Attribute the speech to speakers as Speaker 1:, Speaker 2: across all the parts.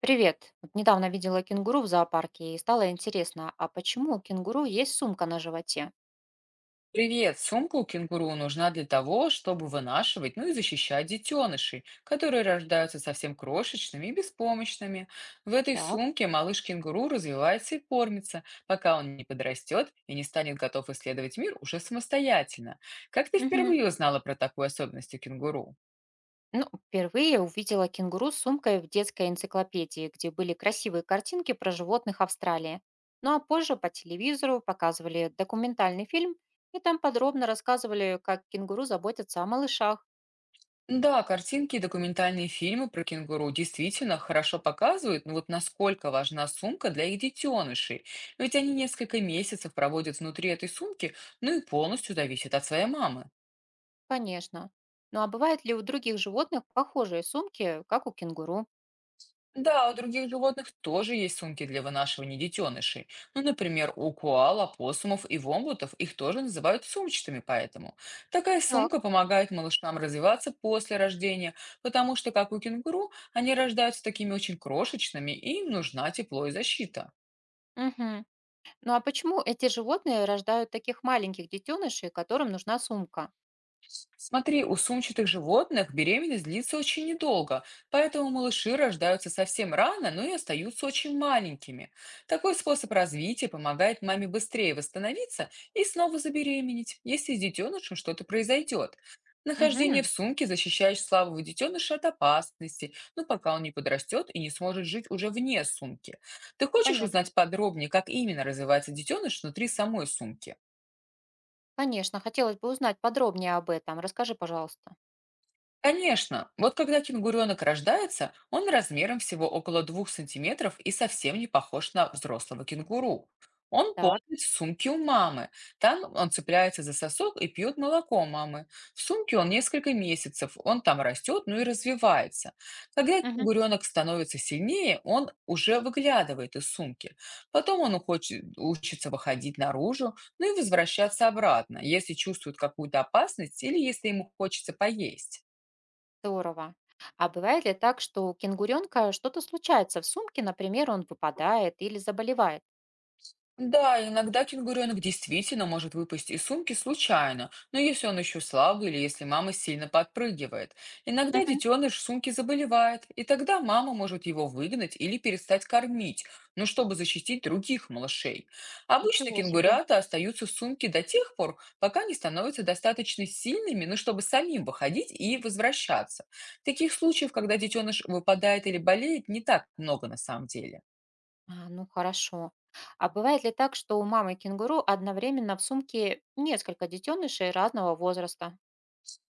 Speaker 1: Привет. Вот недавно видела кенгуру в зоопарке и стало интересно, а почему у кенгуру есть сумка на животе?
Speaker 2: Привет! Сумку кенгуру нужна для того, чтобы вынашивать, ну и защищать детенышей, которые рождаются совсем крошечными и беспомощными. В этой
Speaker 1: Так.
Speaker 2: сумке малыш кенгуру развивается и кормится, пока он не подрастет и не станет готов исследовать мир уже самостоятельно. Как ты
Speaker 1: Мгм.
Speaker 2: впервые узнала про такую особенность у кенгуру?
Speaker 1: Ну, впервые увидела кенгуру с сумкой в детской энциклопедии, где были красивые картинки про животных Австралии. Ну а позже по телевизору показывали документальный фильм, и там подробно рассказывали, как кенгуру заботятся о малышах.
Speaker 2: Да, картинки и документальные фильмы про кенгуру действительно хорошо показывают, ну вот насколько важна сумка для их детенышей. Ведь они несколько месяцев проводят внутри этой сумки, ну и полностью зависят от своей мамы.
Speaker 1: Конечно. Ну а бывают ли у других животных похожие сумки, как у кенгуру?
Speaker 2: Да, у других животных тоже есть сумки для вынашивания детенышей. Ну, например, у коал, опоссумов и вомбутов их тоже называют сумчатыми, поэтому. Такая
Speaker 1: Так.
Speaker 2: сумка помогает малышам развиваться после рождения, потому что, как у кенгуру, они рождаются такими очень крошечными, и им нужна тепло и защита.
Speaker 1: Мгм. Ну а почему эти животные рождают таких маленьких детенышей, которым нужна сумка?
Speaker 2: Смотри, у сумчатых животных беременность длится очень недолго, поэтому малыши рождаются совсем рано, но и остаются очень маленькими. Такой способ развития помогает маме быстрее восстановиться и снова забеременеть, если с детенышем что-то произойдет. Нахождение
Speaker 1: Угу,
Speaker 2: в сумке защищает слабого детеныша от опасности, но пока он не подрастет и не сможет жить уже вне сумки. Ты хочешь
Speaker 1: понятно.
Speaker 2: узнать подробнее, как именно развивается детеныш внутри самой сумки?
Speaker 1: Конечно, хотелось бы узнать подробнее об этом. Расскажи, пожалуйста.
Speaker 2: Конечно, вот когда кенгуренок рождается, он размером всего около 2 сантиметров и совсем не похож на взрослого кенгуру. Он
Speaker 1: Так,
Speaker 2: ползает в сумке у мамы. Там он цепляется за сосок и пьет молоко мамы. В сумке он несколько месяцев, он там растет, ну и развивается. Когда
Speaker 1: мгм,
Speaker 2: кенгуренок становится сильнее, он уже выглядывает из сумки. Потом он хочет, учится выходить наружу, ну и возвращаться обратно, если чувствует какую-то опасность или если ему хочется поесть.
Speaker 1: здорово. А бывает ли так, что у кенгуренка что-то случается в сумке, например, он выпадает или заболевает?
Speaker 2: Да, иногда кенгуренок действительно может выпасть из сумки случайно, но если он еще слабый или если мама сильно подпрыгивает. Иногда
Speaker 1: Мгм.
Speaker 2: детеныш сумки заболевает, и тогда мама может его выгнать или перестать кормить, ну, чтобы защитить других малышей. Обычно
Speaker 1: Ничего себе.
Speaker 2: кенгурята остаются в сумке до тех пор, пока не становятся достаточно сильными, ну, чтобы самим выходить и возвращаться. Таких случаев, когда детеныш выпадает или болеет, не так много на самом деле.
Speaker 1: А, ну хорошо. А бывает ли так, что у мамы кенгуру одновременно в сумке несколько детенышей разного возраста?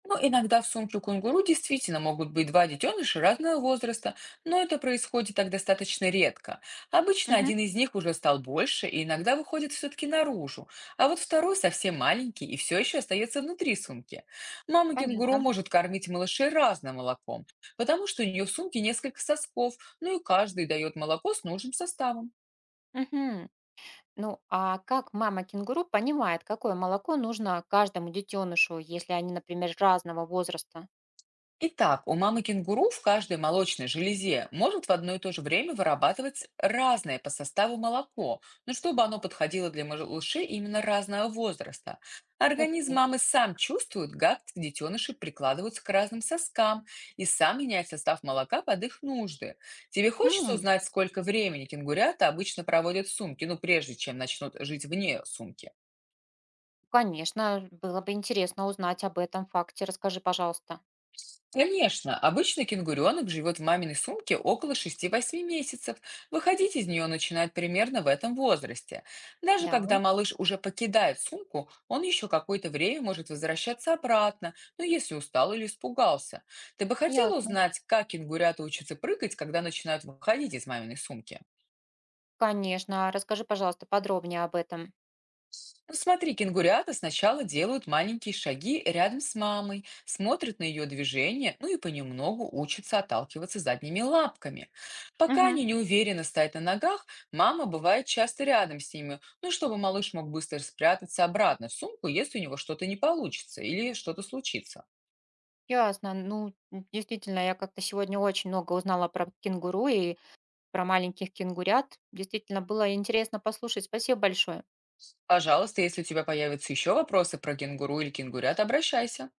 Speaker 2: Ну, иногда в сумке у кунгуру действительно могут быть два детеныша разного возраста, но это происходит так достаточно редко. Обычно
Speaker 1: Мгм.
Speaker 2: один из них уже стал больше и иногда выходит все-таки наружу, а вот второй совсем маленький и все еще остается внутри сумки. Мама
Speaker 1: Понятно.
Speaker 2: кенгуру может кормить малышей разным молоком, потому что у нее в сумке несколько сосков, ну и каждый дает молоко с нужным составом.
Speaker 1: Мгм. Ну, а как мама кенгуру понимает, какое молоко нужно каждому детенышу, если они, например, разного возраста?
Speaker 2: Итак, у мамы кенгуру в каждой молочной железе может в одно и то же время вырабатывать разное по составу молоко, но чтобы оно подходило для малышей именно разного возраста.
Speaker 1: Ух
Speaker 2: Организм
Speaker 1: ты.
Speaker 2: мамы сам чувствует, как детеныши прикладываются к разным соскам и сам меняет состав молока под их нужды. Тебе хочется
Speaker 1: М,
Speaker 2: узнать, сколько времени кенгурята обычно проводят в сумке, ну прежде чем начнут жить вне сумки?
Speaker 1: Конечно, было бы интересно узнать об этом факте. Расскажи, пожалуйста.
Speaker 2: Конечно, обычно кенгуренок живет в маминой сумке около 6-8 месяцев. Выходить из нее начинает примерно в этом возрасте. Даже
Speaker 1: Да,
Speaker 2: когда малыш уже покидает сумку, он еще какое-то время может возвращаться обратно, ну если устал или испугался. Ты бы хотела
Speaker 1: ясно.
Speaker 2: узнать, как кенгурята учатся прыгать, когда начинают выходить из маминой сумки?
Speaker 1: Конечно, расскажи, пожалуйста, подробнее об этом.
Speaker 2: Ну, смотри, кенгурята сначала делают маленькие шаги рядом с мамой, смотрят на ее движения, ну и понемногу учатся отталкиваться задними лапками. Пока
Speaker 1: Мгм.
Speaker 2: они не уверенно стоят на ногах, мама бывает часто рядом с ними, ну, чтобы малыш мог быстро спрятаться обратно в сумку, если у него что-то не получится или что-то случится.
Speaker 1: Ясно. Ну, действительно, я как-то сегодня очень много узнала про кенгуру и про маленьких кенгурят. Действительно, было интересно послушать. Спасибо большое.
Speaker 2: Пожалуйста, если у тебя появятся еще вопросы про кенгуру или кенгурят, обращайся.